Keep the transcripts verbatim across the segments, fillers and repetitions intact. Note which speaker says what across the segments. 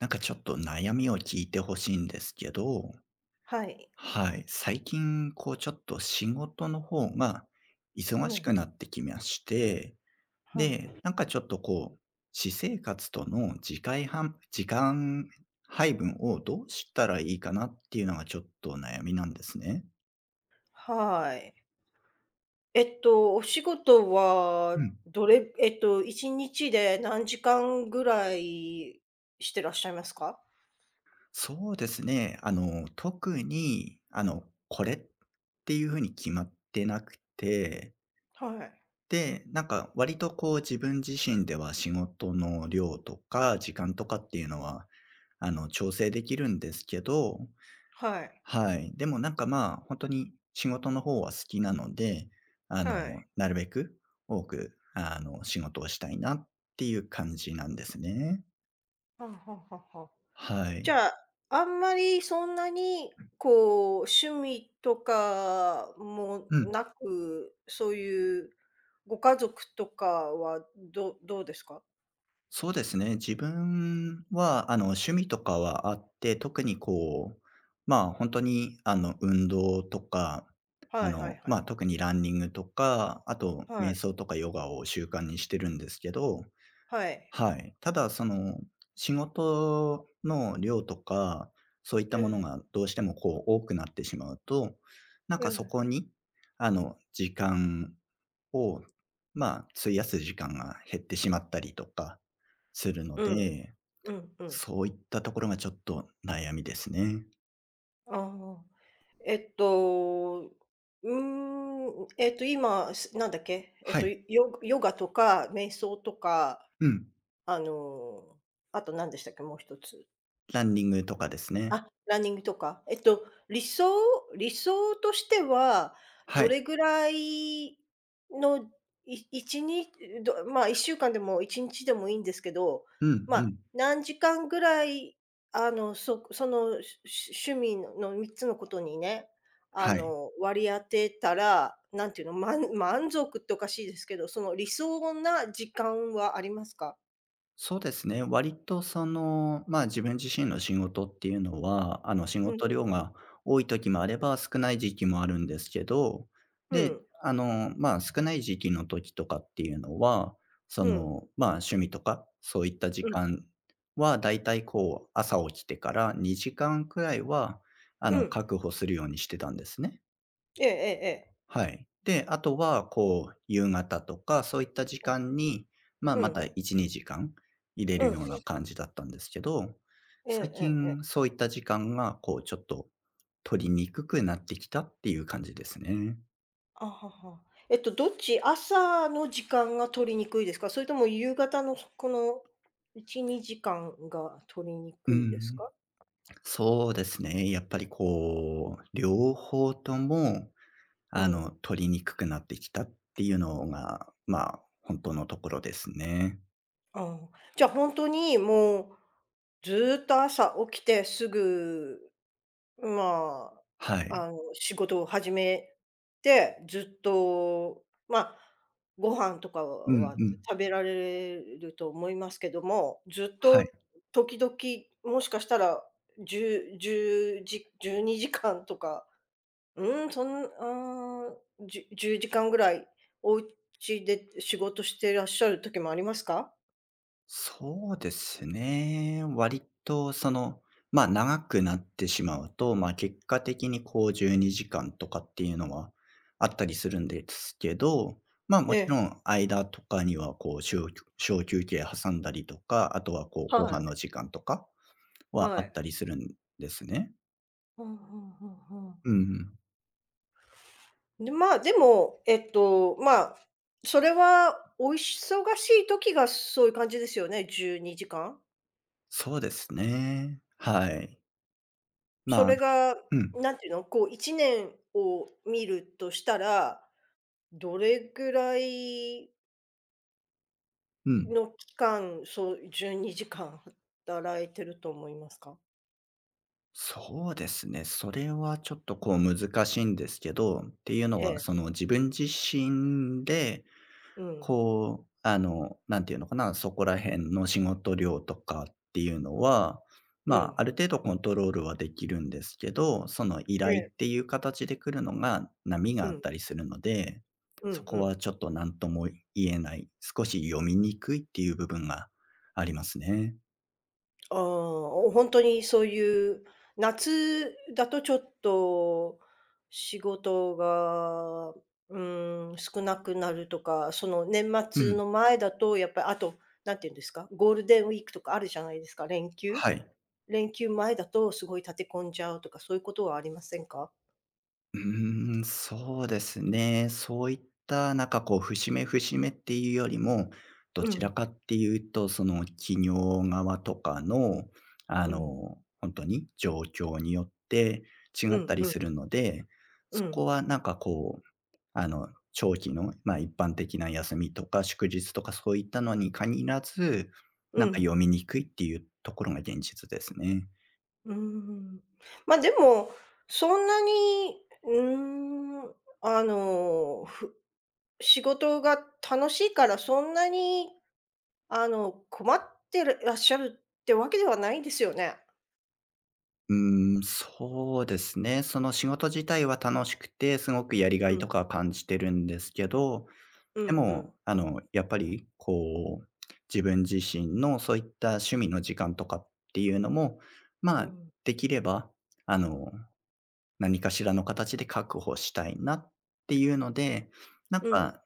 Speaker 1: なんかちょっと悩みを聞いてほしいんですけど、
Speaker 2: はい。
Speaker 1: はい、最近こうちょっと仕事の方が忙
Speaker 2: う
Speaker 1: し
Speaker 2: ん。
Speaker 1: くなってきまして、
Speaker 2: は
Speaker 1: で、
Speaker 2: い。
Speaker 1: なんかちょっとこう、私生活との時間半時間配分をどうしたらいいかなっていうのがちょっと悩みなんですね。
Speaker 2: はい。えっと、お仕事
Speaker 1: う
Speaker 2: は
Speaker 1: ん。
Speaker 2: どれえっと、いちにちで何時間ぐらいしてらっしゃいますか？
Speaker 1: そうですね。あの、特に、あの、これっていうふうに決まってなくて、
Speaker 2: はい。
Speaker 1: で、なんか割とこう自分自身では仕事の量とか時間とかっていうのは、あの、調整できるんですけど、
Speaker 2: はい。
Speaker 1: はい。でもなんかまあ、本当に仕事の方は好きなので、あの、
Speaker 2: はい。
Speaker 1: なるべく多く、あの、仕事をしたいなっていう感じなんですね。
Speaker 2: はんはんはんはん。
Speaker 1: は
Speaker 2: じ
Speaker 1: い。
Speaker 2: ゃあ、あんまりそんなに、こう、趣味とかも
Speaker 1: うん、
Speaker 2: なく、そういうご家族とかはどどうですか？
Speaker 1: そうですね。自分は、あの、趣味とかはあって、特にこう、まあ、本当に、あの、運動とか、あ
Speaker 2: はいはい
Speaker 1: の、
Speaker 2: はい。
Speaker 1: まあ、特にランニングとか、あと
Speaker 2: は
Speaker 1: 瞑
Speaker 2: い。
Speaker 1: 想とかヨガを習慣にしてるんですけど、
Speaker 2: はい。
Speaker 1: はい。ただ、その、仕事の量とか、そういった
Speaker 2: う
Speaker 1: もの
Speaker 2: ん。
Speaker 1: がどうしてもこう多くなってしまうと、なん
Speaker 2: う
Speaker 1: かそ
Speaker 2: ん。
Speaker 1: こに、あの、時間を、まあ、費やす時間が減ってしまったりとかするの
Speaker 2: うん。
Speaker 1: で、
Speaker 2: うんうん。
Speaker 1: そういったところがちょっと悩みですね。
Speaker 2: ああ。えっと、うーん、えっと、今、すなんだっけ、えっ
Speaker 1: は
Speaker 2: と、
Speaker 1: い。
Speaker 2: ヨヨガとか瞑想とか、
Speaker 1: うん。
Speaker 2: あの、あと何でしたっけ、もう一つ。
Speaker 1: ランニングとかですね。
Speaker 2: あ、ランニングとか。えっと、理想理想としては、
Speaker 1: は
Speaker 2: ど
Speaker 1: い。
Speaker 2: れぐらいの、い一にどまあ、いっしゅうかんでもいちにちでもいいんですけど、
Speaker 1: うん
Speaker 2: ま、
Speaker 1: う
Speaker 2: あ
Speaker 1: ん。
Speaker 2: 何時間ぐらい、あの、そその、しし趣味のみっつのことにね、あ
Speaker 1: はい。
Speaker 2: の、割り当てたら、なんていうの、まん満足っておかしいですけど、その理想な時間はありますか？
Speaker 1: そうですね。割とその、まあ、自分自身の仕事っていうのは、あの、仕
Speaker 2: うん
Speaker 1: 事
Speaker 2: うん。
Speaker 1: 量が多い時もあれば、少ない時期もあるんですけど、
Speaker 2: う
Speaker 1: で、
Speaker 2: ん。
Speaker 1: あの、まあ、少ない時期の時とかっていうのは、そ
Speaker 2: うん。
Speaker 1: の、まあ、趣味とか、そういった時
Speaker 2: うん。
Speaker 1: 間は、だいたいこう、朝起きてからにじかんくらいは、あ
Speaker 2: う
Speaker 1: の、
Speaker 2: ん。
Speaker 1: 確保するようにしてたんですね。
Speaker 2: ええええええ。
Speaker 1: はい。で、あとは、こう、夕方とか、そういった時間に、まあ、
Speaker 2: う
Speaker 1: ま
Speaker 2: ん、
Speaker 1: たいち、にじかん入れ
Speaker 2: う
Speaker 1: る
Speaker 2: ん。
Speaker 1: ような感じだったんですけど、
Speaker 2: ええ
Speaker 1: 最
Speaker 2: えええ
Speaker 1: 近
Speaker 2: え。
Speaker 1: そういった時間が、こう、ちょっと取りにくくなってきたっていう感じですね。
Speaker 2: あはは。えっと、どっち朝の時間が取りにくいですか？それとも夕方のこのいち、にじかんが取りに
Speaker 1: う
Speaker 2: くいです
Speaker 1: ん、
Speaker 2: か？
Speaker 1: そうですね。やっぱりこう、両方とも、
Speaker 2: う
Speaker 1: あ
Speaker 2: ん。
Speaker 1: の、取りにくくなってきたっていうのが、まあ、本当のところですね。
Speaker 2: ああ。じゃあ、本当にもうずーっと朝起きてすぐま
Speaker 1: は
Speaker 2: あ、
Speaker 1: い。
Speaker 2: あの、仕事を始めて、ずっと、まあ、ご飯とか
Speaker 1: うん
Speaker 2: は
Speaker 1: うん。
Speaker 2: 食べられると思いますけども、ずっ
Speaker 1: はい。
Speaker 2: と時々、もしかしたら、いち ぜろじじゅうにじかんとか、うん、そんあーん、じゅじゅうじかんぐらい、お家で仕事してらっしゃる時もありますか？
Speaker 1: そうですね。割とその、ま、長くなってしまうと、ま、結果的にこうじゅうにじかんとかっていうのはあったりするんですけど、ま、も
Speaker 2: え
Speaker 1: ちろ
Speaker 2: え、
Speaker 1: ん間とかにはこう小休小休憩挟んだりとか、あとはこう後
Speaker 2: は
Speaker 1: 半
Speaker 2: い、
Speaker 1: の時間とかは
Speaker 2: は
Speaker 1: あっ
Speaker 2: い。
Speaker 1: たりするんですね。
Speaker 2: ふんふんうんうん。
Speaker 1: うんうん。
Speaker 2: で、まあ、でも、えっと、まあ、それはお忙しい時がそういう感じですよね、じゅうにじかん。
Speaker 1: そうですね。はい。
Speaker 2: そ
Speaker 1: まあ
Speaker 2: れが、
Speaker 1: うん、
Speaker 2: なんていうの、こういちねんを見るとしたら、どれぐらい
Speaker 1: うん。
Speaker 2: の期間、そう、じゅうにじかん働いてると思いますか？
Speaker 1: そうですね。それはちょっとこう難しいんですけど、っていうの
Speaker 2: え
Speaker 1: は、
Speaker 2: え、
Speaker 1: その自分自身で、
Speaker 2: うん、
Speaker 1: こう、あの、なんていうのかな、そこら辺の仕事量とかっていうのは、
Speaker 2: う
Speaker 1: ま
Speaker 2: ん、
Speaker 1: あ、ある程度コントロールはできるんですけど、その依
Speaker 2: え
Speaker 1: 頼っ
Speaker 2: え、
Speaker 1: ていう形で来るのが波が
Speaker 2: う
Speaker 1: あっ
Speaker 2: ん、
Speaker 1: たりするので、
Speaker 2: う
Speaker 1: そ
Speaker 2: んう
Speaker 1: こは
Speaker 2: ん。
Speaker 1: ちょっと何とも言えない、少し読みにくいっていう部分がありますね。
Speaker 2: ああ、本当にそういう、夏だとちょっと仕事が、うん、少なくなるとか、その年
Speaker 1: う
Speaker 2: 末
Speaker 1: ん。
Speaker 2: の前だとやっぱりあと、なんて言うんですか、ゴールデンウィークとかあるじゃないですか、連休。
Speaker 1: はい。
Speaker 2: 連休前だとすごい立て込んじゃうとか、そういうことはありませんか？
Speaker 1: うーん、そうですね。そういったなんかこう節目節目っていうよりも、ど
Speaker 2: う
Speaker 1: ちら
Speaker 2: ん、
Speaker 1: かっていうと、その企業側とかの、あ
Speaker 2: うん、
Speaker 1: の、本当に状況によって違
Speaker 2: う
Speaker 1: っ
Speaker 2: ん
Speaker 1: たり
Speaker 2: うん、
Speaker 1: するので、
Speaker 2: う
Speaker 1: そこ
Speaker 2: ん、
Speaker 1: はなんかこう、あの、長期の、ま、一般的な休みとか祝日とかそういったのに限らず、な
Speaker 2: う
Speaker 1: んか
Speaker 2: ん、
Speaker 1: 読みにくいっていうところが現実ですね。
Speaker 2: うーん。ま、でも、そんなに、うーん、あの仕事が楽しいから、そんなに、あの、困ってるらっしゃるってわけではないですよね？
Speaker 1: うーん、そうですね。その仕事自体は楽しくて、すごくやりが
Speaker 2: う
Speaker 1: い
Speaker 2: ん、
Speaker 1: とか感じてるんですけど、
Speaker 2: う
Speaker 1: で
Speaker 2: んうん。
Speaker 1: も、あの、やっぱり、こう、自分自身のそういった趣味の時間とかっていうのも、ま
Speaker 2: う
Speaker 1: あ、
Speaker 2: ん。
Speaker 1: できれば、あの、何かしらの形で確保したいなっていうので、なん
Speaker 2: うん。
Speaker 1: か、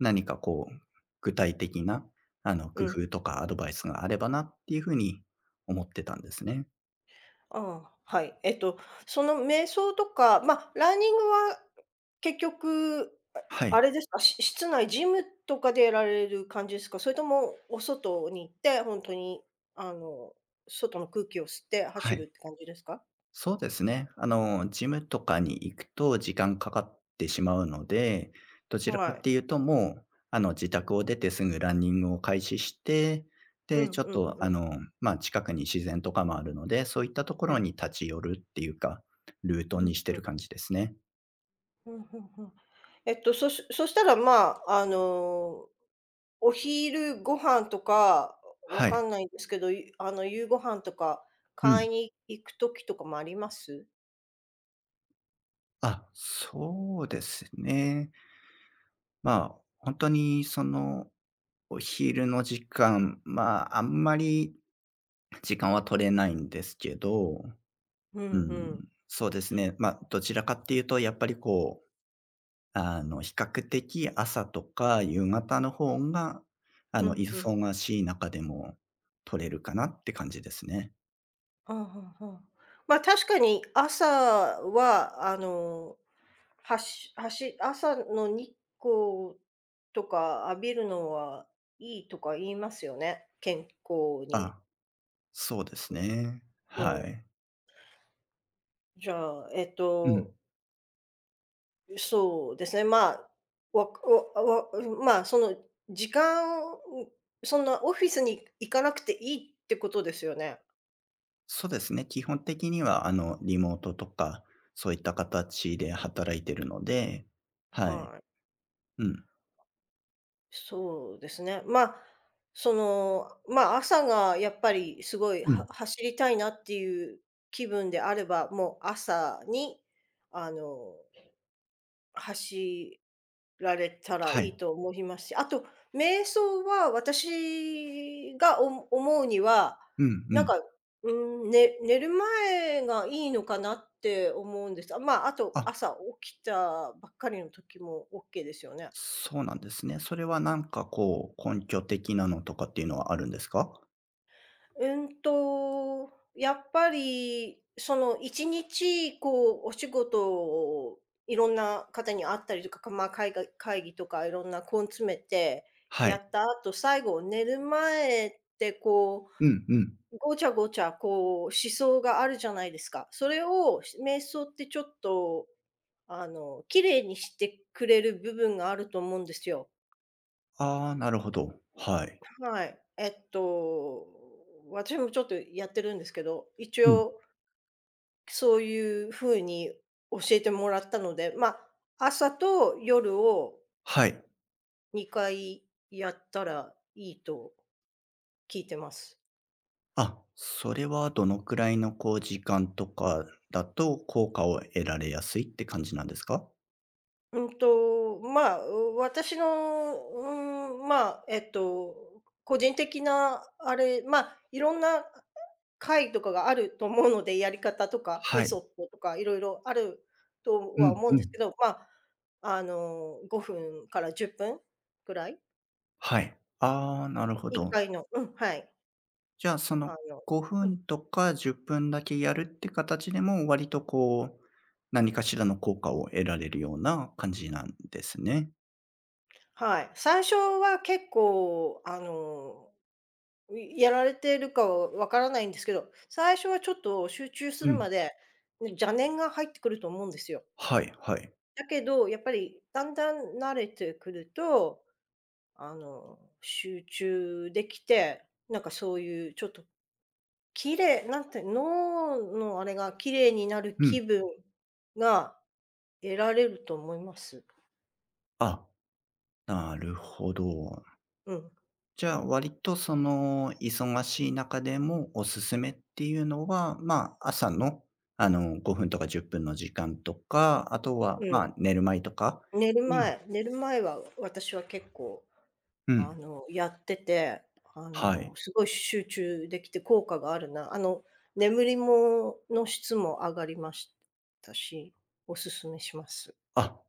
Speaker 1: 何かこう、具体的な、あの、
Speaker 2: う
Speaker 1: 工
Speaker 2: ん。
Speaker 1: 夫とかアドバイスがあればなっていうふうに思ってたんですね。
Speaker 2: ああ、はい。えっと、その瞑想とか、ま、ランニングは結局、あ
Speaker 1: は
Speaker 2: あ
Speaker 1: い。
Speaker 2: れですか、し室内、ジムとかでやられる感じですか？それともお外に行って、ほんとに、あの、外の空気を吸って
Speaker 1: は
Speaker 2: 走る
Speaker 1: い。
Speaker 2: って感じですか？
Speaker 1: そうですね。あの、ジムとかに行くと時間かかってしまうので、どちらか
Speaker 2: は
Speaker 1: っ
Speaker 2: い。
Speaker 1: ていうともう、あの、自宅を出てすぐランニングを開始して、
Speaker 2: う
Speaker 1: で、
Speaker 2: ん
Speaker 1: ちょっ
Speaker 2: うん
Speaker 1: と、
Speaker 2: う
Speaker 1: あ
Speaker 2: ん。
Speaker 1: の、まあ、近くに自然とかもあるので、そういったとこ
Speaker 2: え
Speaker 1: ろ
Speaker 2: え。
Speaker 1: に立ち寄るっていうか、ルー
Speaker 2: う
Speaker 1: ト
Speaker 2: ん
Speaker 1: にして
Speaker 2: う
Speaker 1: る
Speaker 2: ん。
Speaker 1: 感じですね。
Speaker 2: うんうんうん。えっと、そしそしたら、まあ、あの、お昼ご飯とか、わ
Speaker 1: は
Speaker 2: か
Speaker 1: い。
Speaker 2: んないんですけど、ゆあの、夕ご飯とか
Speaker 1: う
Speaker 2: 買
Speaker 1: ん。
Speaker 2: いに行く時とかもあります？
Speaker 1: あ、そうですね。まあ、本当にその、お昼の時間、まあ、あんまり時間は取れないんですけど、
Speaker 2: うん
Speaker 1: う
Speaker 2: う
Speaker 1: ん、
Speaker 2: ん。
Speaker 1: そうですね。まあ、どちらかっていうと、やっぱりこう、あの、比較的朝とか夕方の方が、あ
Speaker 2: う
Speaker 1: の、
Speaker 2: んうん。
Speaker 1: 忙しい中でも取れるかなって感じですね。
Speaker 2: ああ、はあはあ。まあ、確かに朝は、あの、はしはし朝の日光とか浴びるのはいいとか言いますよね、健康に。
Speaker 1: あ、そうです
Speaker 2: う
Speaker 1: ね。
Speaker 2: う
Speaker 1: は
Speaker 2: ん。
Speaker 1: い。
Speaker 2: じゃあ、えっ
Speaker 1: う
Speaker 2: と
Speaker 1: ん。
Speaker 2: そうですね、まあ、わくわわまあ、その時間そんなオフィスに行かなくていいってことですよね。
Speaker 1: そうですね、基本的には、あの、リモートとか、そういった形で働いてるので、はい。
Speaker 2: はい。
Speaker 1: うん。
Speaker 2: そうですね。まあ、その、まあ、朝がやっぱりすごい
Speaker 1: うん。
Speaker 2: は走りたいなっていう気分であれば、もう朝にあの、走られたら
Speaker 1: は
Speaker 2: いい
Speaker 1: い。
Speaker 2: と思いますし、あと、瞑想は私がおも思うには、
Speaker 1: うんう
Speaker 2: なん
Speaker 1: ん。
Speaker 2: か、うーん、ね寝る前がいいのかなって思うんです。あ、まあ、あと
Speaker 1: あ、
Speaker 2: 朝起きたばっかりの時もオッケーですよね。
Speaker 1: そうなんですね。それはなんかこう、根拠的なのとかっていうのはあるんですか？
Speaker 2: うんと、やっぱり、そのいちにちこうお仕事をいろんな方に会ったりとか、ま、あ会が会議とかいろんな根詰めて
Speaker 1: は
Speaker 2: や
Speaker 1: い。
Speaker 2: った後、最後寝る前ってこ
Speaker 1: うんうん。
Speaker 2: う、ごちゃごちゃこう思想があるじゃないですか。それを瞑想ってちょっとあの、綺麗にしてくれる部分があると思うんですよ。
Speaker 1: ああ、なるほど。はい。
Speaker 2: はい。えっと、私もちょっとやってるんですけど、一
Speaker 1: うん。
Speaker 2: 応そういう風に教えてもらったので、まあ、朝と夜を
Speaker 1: はい。
Speaker 2: にかいやったらいいと聞いてます。
Speaker 1: あ、それはどのくらいのこう時間とかだと、効果を得られやすいって感じなんですか？
Speaker 2: うんと、まあ、私の、うん、まあ、えっと、個人的なあれ、まあ、いろんな会とかがあると思うので、やり方とか
Speaker 1: は
Speaker 2: メソ
Speaker 1: い。
Speaker 2: ッドとかいろいろあると
Speaker 1: う
Speaker 2: は
Speaker 1: ん
Speaker 2: 思うん
Speaker 1: う
Speaker 2: ですけ
Speaker 1: ん。
Speaker 2: ど、まあ、あの、ごふんからじゅっぷんぐらい
Speaker 1: はい。ああ、なるほ
Speaker 2: ？1
Speaker 1: ど。
Speaker 2: 回のうん、はい。
Speaker 1: じゃあ、その
Speaker 2: あの、
Speaker 1: 5
Speaker 2: うん、
Speaker 1: 分とかじゅっぷんだけやるって形でも、割とこう、何かしらの効果を得られるような感じなんですね。
Speaker 2: はい。最初は結構あの、いやられてるかはわからないんですけど、最初はちょっと集中す
Speaker 1: う
Speaker 2: る
Speaker 1: ん。
Speaker 2: まで、ね、邪念が入ってくると思うんですよ。
Speaker 1: はいはい。
Speaker 2: だけど、やっぱりだんだん慣れてくると、あの、集中できて、なんかそういうちょっと綺麗なんて脳のあれが綺麗になる
Speaker 1: うん。
Speaker 2: 気分が得られると思います。
Speaker 1: あ、なるほど。
Speaker 2: うん、
Speaker 1: じゃあ、割とその忙しい中でもおすすめっていうのは、まあ、朝の、あの、ごふんとかじゅっぷんの時間とか、あとは、
Speaker 2: うん。
Speaker 1: まあ、寝る前とか
Speaker 2: 寝る
Speaker 1: に
Speaker 2: 前寝る前は私は結構、
Speaker 1: う
Speaker 2: あ
Speaker 1: ん、
Speaker 2: の、やってて、あ
Speaker 1: はい。
Speaker 2: の、すごい集中できて効果があるな。あの、眠りもの質も上がりましたし、おすすめします。
Speaker 1: あ、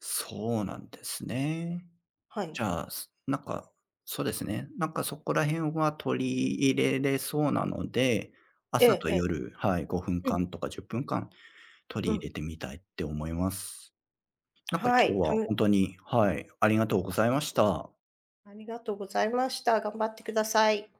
Speaker 1: そうなんですね。
Speaker 2: はい。
Speaker 1: じゃあ、すなんか、そうですね。なんかそこら辺は取り入れれそうなので、
Speaker 2: え
Speaker 1: 朝
Speaker 2: え
Speaker 1: と
Speaker 2: え
Speaker 1: 夜、はい、5
Speaker 2: え。う
Speaker 1: 分
Speaker 2: ん、
Speaker 1: 間とか、取
Speaker 2: う
Speaker 1: り入れ
Speaker 2: ん。
Speaker 1: てみたいって思います。なんか
Speaker 2: は
Speaker 1: 今
Speaker 2: い。
Speaker 1: 日
Speaker 2: た
Speaker 1: は
Speaker 2: め
Speaker 1: 本当にはい、ありがとうございました。
Speaker 2: ありがとうございました。頑張ってください。